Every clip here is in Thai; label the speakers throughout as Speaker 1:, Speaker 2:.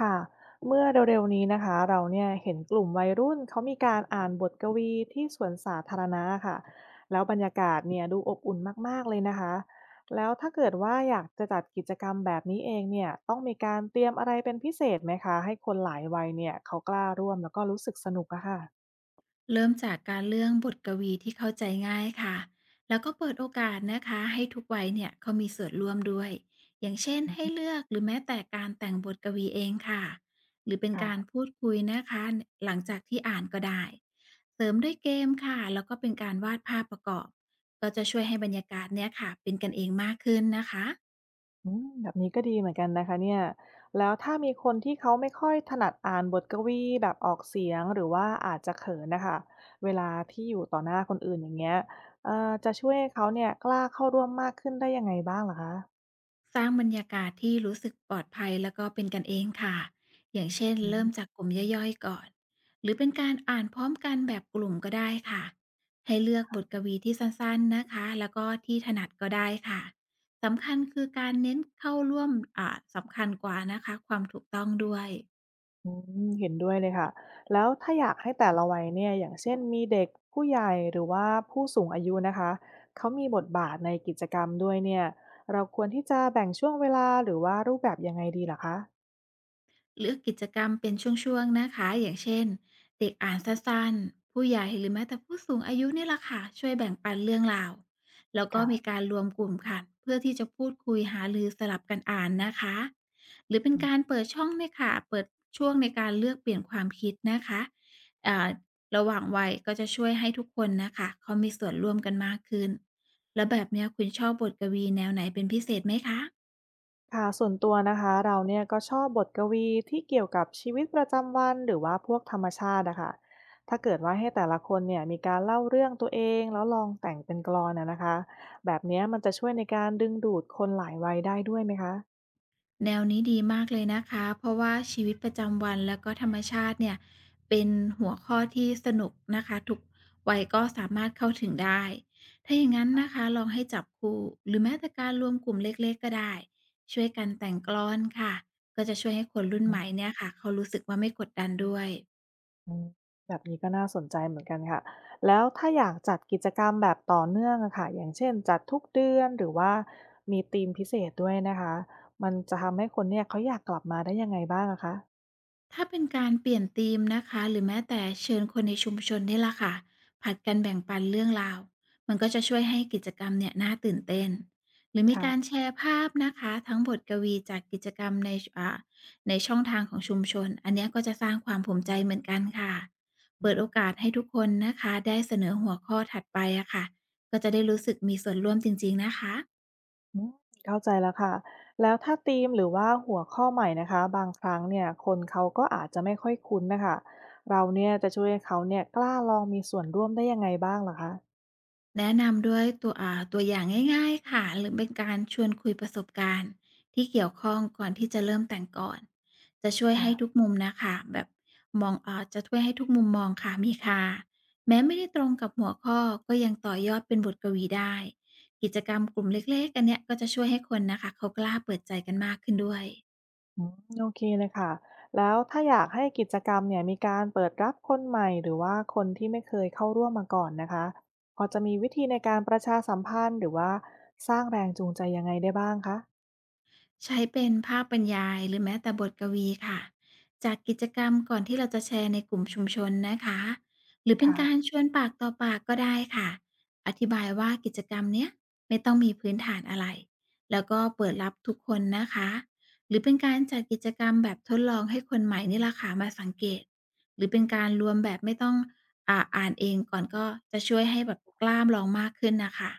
Speaker 1: ค่ะเมื่อเร็วๆนี้นะคะเราเนี่ยเห็นกลุ่มวัยรุ่นเขามีการอ่านบทกวีที่สวนสาธารณะค่ะแล้วบรรยากาศเนี่ยดูอบอุ่นมากๆเลยนะคะแล้วถ้าเกิดว่าอยากจะจัดกิจกรรมแบบนี้เองเนี่ยต้องมีการเตรียมอะไรเป็นพิเศษไหมคะให้คนหลายวัยเนี่ยเขากล้าร่วมแล้วก็รู้สึกสนุกอะค่ะ
Speaker 2: เริ่มจากการเลือกบทกวีที่เข้าใจง่ายค่ะ แล้วก็เปิดโอกาสนะคะให้ทุกวัยเนี่ยเขามีส่วนร่วมด้วย อย่างเช่น
Speaker 1: อื
Speaker 2: ให้
Speaker 1: ม
Speaker 2: เลือกหรือแม้แต่การแต่งบทกวีเองค่ะ หรือเป็น
Speaker 1: ค่ะ
Speaker 2: การพูดคุยนะคะหลังจากที่อ่านก็ได้ เสริมด้วยเกมค่ะแล้วก็เป็นการวาดภาพประกอบ ก็จะช่วยให้บรรยากาศเนี่ยค่ะเป็นกันเองมากขึ้นนะคะ
Speaker 1: อืมแบบนี้ก็ดีเหมือนกันนะคะเนี่ยแล้วถ้ามีคนที่เขาไม่ค่อยถนัดอ่านบทกวีแบบออกเสียงหรือว่าอาจจะเขินนะคะเวลาที่อยู่ต่อหน้าคนอื่นอย่างเงี้ยจะช่วยให้เขาเนี่ยกล้าเข้าร่วมมากขึ้นได้ยังไงบ้างเหรอคะ
Speaker 2: สร้างบรรยากาศที่รู้สึกปลอดภัยแล้วก็เป็นกันเองค่ะอย่างเช่น
Speaker 1: อื
Speaker 2: เริ่มจาก
Speaker 1: ม
Speaker 2: กลุ่มย่อยๆก่อน หรือเป็นการอ่านพร้อมกันแบบกลุ่มก็ได้ค่ะ ให้เลือกบทกวีที่สั้นๆนะคะแล้วก็ที่ถนัดก็ได้ค่ะสำคัญคือการเน้นเข้าร่วมอ่าสำคัญกว่านะคะ ความถูกต้องด้วย
Speaker 1: อืมเห็นด้วยเลยค่ะ แล้วถ้าอยากให้แต่ละวัยเนี่ยอย่างเช่นมีเด็กผู้ใหญ่หรือว่าผู้สูงอายุนะคะเขามีบทบาทในกิจกรรมด้วยเนี่ยเราควรที่จะแบ่งช่วงเวลาหรือว่ารูปแบบยังไงดีล่ะคะ
Speaker 2: เลือกกิจกรรมเป็นช่วงๆนะคะ อย่างเช่นเด็กอ่านสั้นๆผู้ใหญ่หรือแม้แต่ผู้สูงอายุนี่ล่ะค่ะ ช่วยแบ่งปันเรื่องราวแล้วก็มี
Speaker 1: ค่ะ
Speaker 2: การรวมกลุ่มค่ะเพื่อที่จะพูดคุยหารือสลับกันอ่านนะคะ หรือเป็นการเปิดช่องเนี่ยค่ะเปิดช่วงในการเลือกเปลี่ยนความคิดนะคะเอ่อระหว่างวัยก็จะช่วยให้ทุกคนนะคะเขามีส่วนร่วมกันมากขึ้นแล้วแบบเนี้ยคุณชอบบทกวีแนวไหนเป็นพิเศษไหมคะ
Speaker 1: ค่ะส่วนตัวนะคะเราเนี่ยก็ชอบบทกวีที่เกี่ยวกับชีวิตประจำวันหรือว่าพวกธรรมชาติอะค่ะถ้าเกิดว่าให้แต่ละคนเนี่ยมีการเล่าเรื่องตัวเองแล้วลองแต่งเป็นกลอนอะนะคะแบบเนี้ยมันจะช่วยในการดึงดูดคนหลายวัยได้ด้วยไหมคะ
Speaker 2: แนวนี้ดีมากเลยนะคะ เพราะว่าชีวิตประจำวันแล้วก็ธรรมชาติเนี่ยเป็นหัวข้อที่สนุกนะคะทุกวัยก็สามารถเข้าถึงได้ถ้าอย่างนั้นนะคะลองให้จับคู่หรือแม้แต่การรวมกลุ่มเล็กๆก็ได้ช่วยกันแต่งกลอนค่ะก็จะช่วยให้คนรุ่น
Speaker 1: อื
Speaker 2: ใหม่เนี่ยค่ะเขารู้สึกว่าไม่กดดันด้วย
Speaker 1: มแบบนี้ก็น่าสนใจเหมือนกันค่ะแล้วถ้าอยากจัดกิจกรรมแบบต่อเนื่องอะค่ะอย่างเช่นจัดทุกเดือนหรือว่ามีธีมพิเศษด้วยนะคะมันจะทำให้คนเนี่ยเขาอยากกลับมาได้ยังไงบ้างอะคะ
Speaker 2: ถ้าเป็นการเปลี่ยนธีมนะคะหรือแม้แต่เชิญคนในชุมชนนี่ละค่ะผัดกันแบ่งปันเรื่องราวมันก็จะช่วยให้กิจกรรมเนี่ยน่าตื่นเต้นหรือมีการ
Speaker 1: ค่ะ
Speaker 2: แชร์ภาพนะคะทั้งบทกวีจากกิจกรรมในอ่าในช่องทางของชุมชนอันเนี้ยก็จะสร้างความภูมิใจเหมือนกันค่ะเปิดโอกาสให้ทุกคนนะคะได้เสนอหัวข้อถัดไปอะค่ะก็จะได้รู้สึกมีส่วนร่วมจริงๆนะคะ
Speaker 1: อืมเข้าใจแล้วค่ะแล้วถ้าธีมหรือว่าหัวข้อใหม่นะคะบางครั้งเนี่ยคนเขาก็อาจจะไม่ค่อยคุ้นนะคะเราเนี่ยจะช่วยให้เขาเนี่ยกล้าลองมีส่วนร่วมได้ยังไงบ้างเหรอคะ
Speaker 2: แนะนำด้วยตัวอย่างง่ายๆค่ะหรือเป็นการชวนคุยประสบการณ์ที่เกี่ยวข้องก่อนที่จะเริ่มแต่งก่อนจะช่วยให้ทุ
Speaker 1: ค่ะ
Speaker 2: กมุมนะคะแบบมองจะช่วยให้ทุกมุมมองค่ะมีค่าแม้ไม่ได้ตรงกับหัวข้อก็ยังต่อยอดเป็นบทกวีได้กิจกรรมกลุ่มเล็กๆอันเนี้ยก็จะช่วยให้คนนะคะเขากล้าเปิดใจกันมากขึ้นด้วย
Speaker 1: อืมโอเคเลยค่ะแล้วถ้าอยากให้กิจกรรมเนี่ยมีการเปิดรับคนใหม่หรือว่าคนที่ไม่เคยเข้าร่วมมาก่อนนะคะพอจะมีวิธีในการประชาสัมพันธ์หรือว่าสร้างแรงจูงใจยังไงได้บ้างคะ
Speaker 2: ใช้เป็นภาพบรรยายหรือแม้แต่บทกวีค่ะจากกิจกรรมก่อนที่เราจะแชร์ในกลุ่มชุมชนนะคะหรือเป็นการ
Speaker 1: ค่ะ
Speaker 2: ชวนปากต่อปากก็ได้ค่ะอธิบายว่ากิจกรรมเนี้ยไม่ต้องมีพื้นฐานอะไรแล้วก็เปิดรับทุกคนนะคะหรือเป็นการจัดกิจกรรมแบบทดลองให้คนใหม่นี่ละค่ะมาสังเกตหรือเป็นการรวมแบบไม่ต้องอ่านเองก่อนก็จะช่วยให้แบบกล้ามลองมากขึ้นนะคะ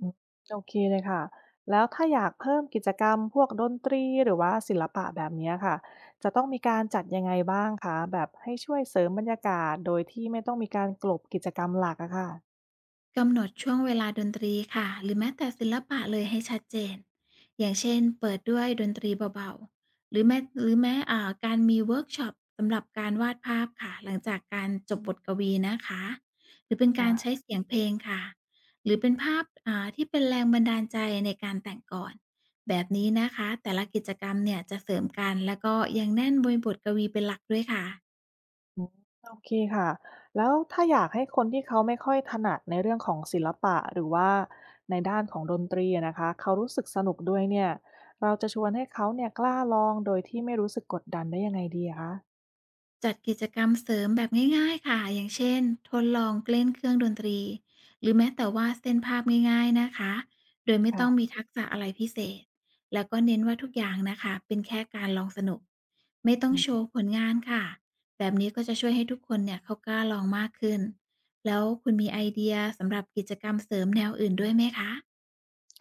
Speaker 1: อืมโอเคเลยค่ะแล้วถ้าอยากเพิ่มกิจกรรมพวกดนตรีหรือว่าศิลปะแบบเนี้ยค่ะจะต้องมีการจัดยังไงบ้างคะแบบให้ช่วยเสริมบรรยากาศโดยที่ไม่ต้องมีการกลบกิจกรรมหลักอะค่ะ
Speaker 2: กำหนดช่วงเวลาดนตรีค่ะหรือแม้แต่ศิลปะเลยให้ชัดเจนอย่างเช่นเปิดด้วยดนตรีเบาๆหรือแม้การมีเวิร์กช็อปสำหรับการวาดภาพค่ะหลังจากการจบบทกวีนะคะหรือเป็นการ
Speaker 1: ค่ะ
Speaker 2: ใช้เสียงเพลงค่ะหรือเป็นภาพที่เป็นแรงบันดาลใจในการแต่งก่อนแบบนี้นะคะแต่ละกิจกรรมเนี่ยจะเสริมกันแล้วก็ยังแน่นบรบทกวีเป็นหลักด้วยค่ะ
Speaker 1: อืมโอเคค่ะแล้วถ้าอยากให้คนที่เขาไม่ค่อยถนัดในเรื่องของศิลปะหรือว่าในด้านของดนตรีอะนะคะเขารู้สึกสนุกด้วยเนี่ยเราจะชวนให้เขาเนี่ยกล้าลองโดยที่ไม่รู้สึกกดดันได้ยังไงดีอะคะ
Speaker 2: จัดกิจกรรมเสริมแบบง่ายๆค่ะอย่างเช่นทดลองเล่นเครื่องดนตรีหรือแม้แต่วาดเส้นภาพง่ายๆนะคะโดยไม่
Speaker 1: ค่ะ
Speaker 2: ต้องมีทักษะอะไรพิเศษแล้วก็เน้นว่าทุกอย่างนะคะเป็นแค่การลองสนุกไม่ต้องโชว์ผลงานค่ะแบบนี้ก็จะช่วยให้ทุกคนเนี่ยเขากล้าลองมากขึ้นแล้วคุณมีไอเดียสำหรับกิจกรรมเสริมแนวอื่นด้วยไหมคะ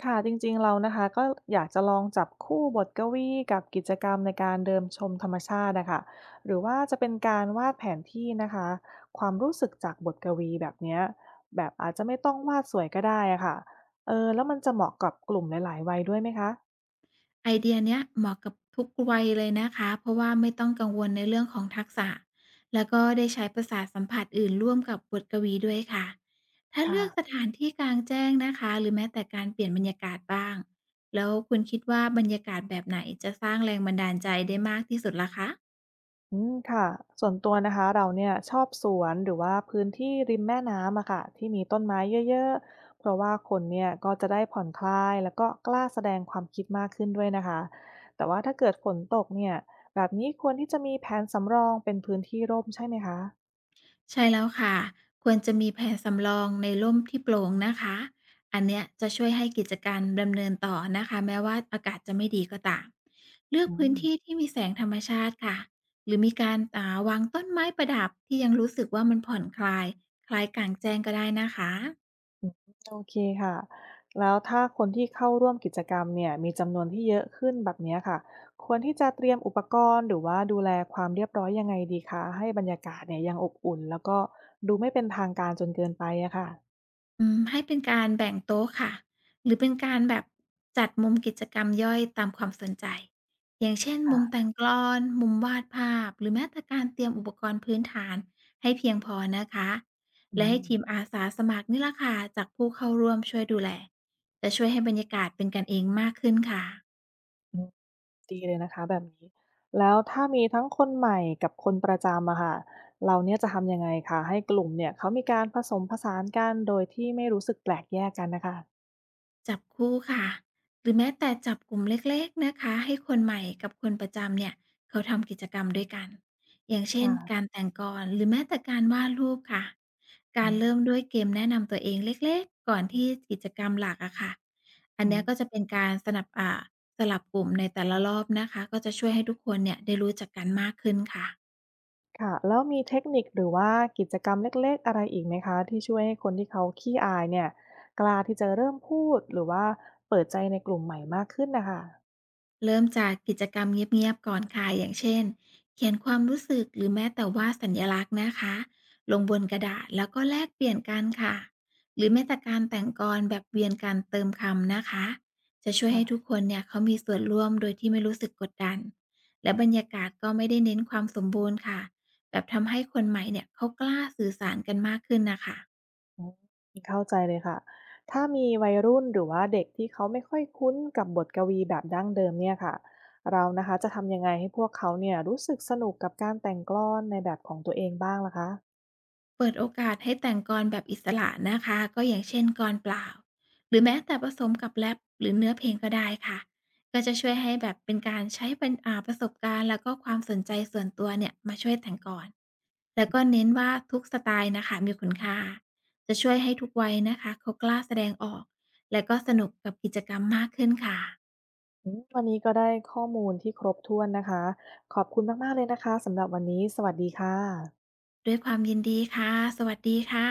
Speaker 1: ค่ะจริงๆ เรานะคะก็อยากจะลองจับคู่บทกวีกับกิจกรรมในการเดินชมธรรมชาตินะคะหรือว่าจะเป็นการวาดแผนที่นะคะความรู้สึกจากบทกวีแบบเนี้ยแบบอาจจะไม่ต้องวาดสวยก็ได้อะค่ะเออแล้วมันจะเหมาะกับกลุ่มหลายๆวัยด้วยไหมคะ
Speaker 2: ไอเดียเนี้ยเหมาะกับทุกวัยเลยนะคะ เพราะว่าไม่ต้องกังวลในเรื่องของทักษะแล้วก็ได้ใช้ประสาทสัมผัสอื่นร่วมกับบทกวีด้วยค่ะ ถ้า
Speaker 1: ค่ะ
Speaker 2: เลือกสถานที่กลางแจ้งนะคะ หรือแม้แต่การเปลี่ยนบรรยากาศบ้าง แล้วคุณคิดว่าบรรยากาศแบบไหนจะสร้างแรงบันดาลใจได้มากที่สุดล่ะคะ
Speaker 1: อืมค่ะส่วนตัวนะคะเราเนี่ยชอบสวนหรือว่าพื้นที่ริมแม่น้ำอะค่ะที่มีต้นไม้เยอะๆเพราะว่าคนเนี่ยก็จะได้ผ่อนคลายแล้วก็กล้าแสดงความคิดมากขึ้นด้วยนะคะแต่ว่าถ้าเกิดฝนตกเนี่ยแบบนี้ควรที่จะมีแผนสำรองเป็นพื้นที่ร่มใช่ไหมคะ
Speaker 2: ใช่แล้วค่ะควรจะมีแผนสำรองในร่มที่โปร่งนะคะอันเนี้ยจะช่วยให้กิจการดำเนินต่อนะคะแม้ว่าอากาศจะไม่ดีก็ตามเลือก
Speaker 1: อื
Speaker 2: พื้น
Speaker 1: ม
Speaker 2: ที่ที่มีแสงธรรมชาติค่ะหรือมีการวางต้นไม้ประดับที่ยังรู้สึกว่ามันผ่อนคลายคล้ายกลางแจ้งก็ได้นะคะ
Speaker 1: อืมโอเคค่ะแล้วถ้าคนที่เข้าร่วมกิจกรรมเนี่ยมีจำนวนที่เยอะขึ้นแบบเนี้ยค่ะควรที่จะเตรียมอุปกรณ์หรือว่าดูแลความเรียบร้อยยังไงดีคะให้บรรยากาศเนี่ยยังอบอุ่นแล้วก็ดูไม่เป็นทางการจนเกินไปอะค่ะ
Speaker 2: ให้เป็นการแบ่งโต๊ะค่ะหรือเป็นการแบบจัดมุมกิจกรรมย่อยตามความสนใจอย่างเช่นมุม
Speaker 1: ค่ะ
Speaker 2: แต่งกลอนมุมวาดภาพหรือแม้แต่การเตรียมอุปกรณ์พื้นฐานให้เพียงพอนะคะ
Speaker 1: อื
Speaker 2: และให้
Speaker 1: ม
Speaker 2: ทีมอาสาสมัครนี่ล่ะค่ะจากผู้เข้าร่วมช่วยดูแลจะช่วยให้บรรยากาศเป็นกันเองมากขึ้นค่ะ
Speaker 1: อืมดีเลยนะคะแบบนี้แล้วถ้ามีทั้งคนใหม่กับคนประจำอะค่ะเราเนี่ยจะทำยังไงคะให้กลุ่มเนี่ยเขามีการผสมผสานกันโดยที่ไม่รู้สึกแปลกแยกกันน่ะค่ะ
Speaker 2: จับคู่ค่ะ หรือแม้แต่จับกลุ่มเล็กๆนะคะ ให้คนใหม่กับคนประจำเนี่ยเขาทำกิจกรรมด้วยกัน อย่างเช่น
Speaker 1: ค่ะ
Speaker 2: การแต่งกลอน หรือแม้แต่การวาดรูปค่ะ
Speaker 1: อื
Speaker 2: การเริ่ม
Speaker 1: ม
Speaker 2: ด้วยเกมแนะนำตัวเองเล็กๆก่อนที่กิจกรรมหลักอะค่ะอัน
Speaker 1: อื
Speaker 2: เนี้
Speaker 1: ม
Speaker 2: ยก็จะเป็นการสนับสลับกลุ่มในแต่ละรอบนะคะก็จะช่วยให้ทุกคนเนี่ยได้รู้จักกันมากขึ้นค่ะ
Speaker 1: ค่ะแล้วมีเทคนิคหรือว่ากิจกรรมเล็กๆอะไรอีกไหมคะที่ช่วยให้คนที่เขาขี้อายเนี่ยกล้าที่จะเริ่มพูดหรือว่าเปิดใจในกลุ่มใหม่มากขึ้นนะคะ
Speaker 2: เริ่มจากกิจกรรมเงียบๆก่อนค่ะอย่างเช่นเขียนความรู้สึกหรือแม้แต่ว่าดสัญลักษณ์นะคะลงบนกระดาษแล้วก็แลกเปลี่ยนกันค่ะหรือแม้แต่การแต่งกลแบบเวียนการเติมคำนะคะจะช่วยให้ทุก
Speaker 1: ค่ะ
Speaker 2: คนเนี่ยเขามีส่วนร่วมโดยที่ไม่รู้สึกกดดันและบรรยากาศก็ไม่ได้เน้นความสมบูรณ์ค่ะแบบทำให้คนใหม่เนี่ยเขากล้าสื่อสารกันมากขึ้นนะคะ
Speaker 1: อืมเข้าใจเลยค่ะถ้ามีวัยรุ่นหรือว่าเด็กที่เขาไม่ค่อยคุ้นกับบทกวีแบบดั้งเดิมเนี่ยค่ะเรานะคะจะทำยังไงให้พวกเขาเนี่ยรู้สึกสนุกกับการแต่งกลอนในแบบของตัวเองบ้างล่ะคะ
Speaker 2: เปิดโอกาสให้แต่งกลอนแบบอิสระนะคะก็อย่างเช่นกลอนเปล่าหรือแม้แต่ผสมกับแรปหรือเนื้อเพลงก็ได้ค่ะก็จะช่วยให้แบบเป็นการใช้เป็นประสบการณ์แล้วก็ความสนใจส่วนตัวเนี่ยมาช่วยแต่งกลอนแล้วก็เน้นว่าทุกสไตล์นะคะมีคุณค่าจะช่วยให้ทุกวัยนะคะเขากล้าแสดงออกและก็สนุกกับกิจกรรมมากขึ้นค่ะ
Speaker 1: อืมวันนี้ก็ได้ข้อมูลที่ครบถ้วนนะคะขอบคุณมากๆเลยนะคะสำหรับวันนี้สวัสดีค่ะ
Speaker 2: ด้วยความยินดีค่ะสวัสดีค่ะ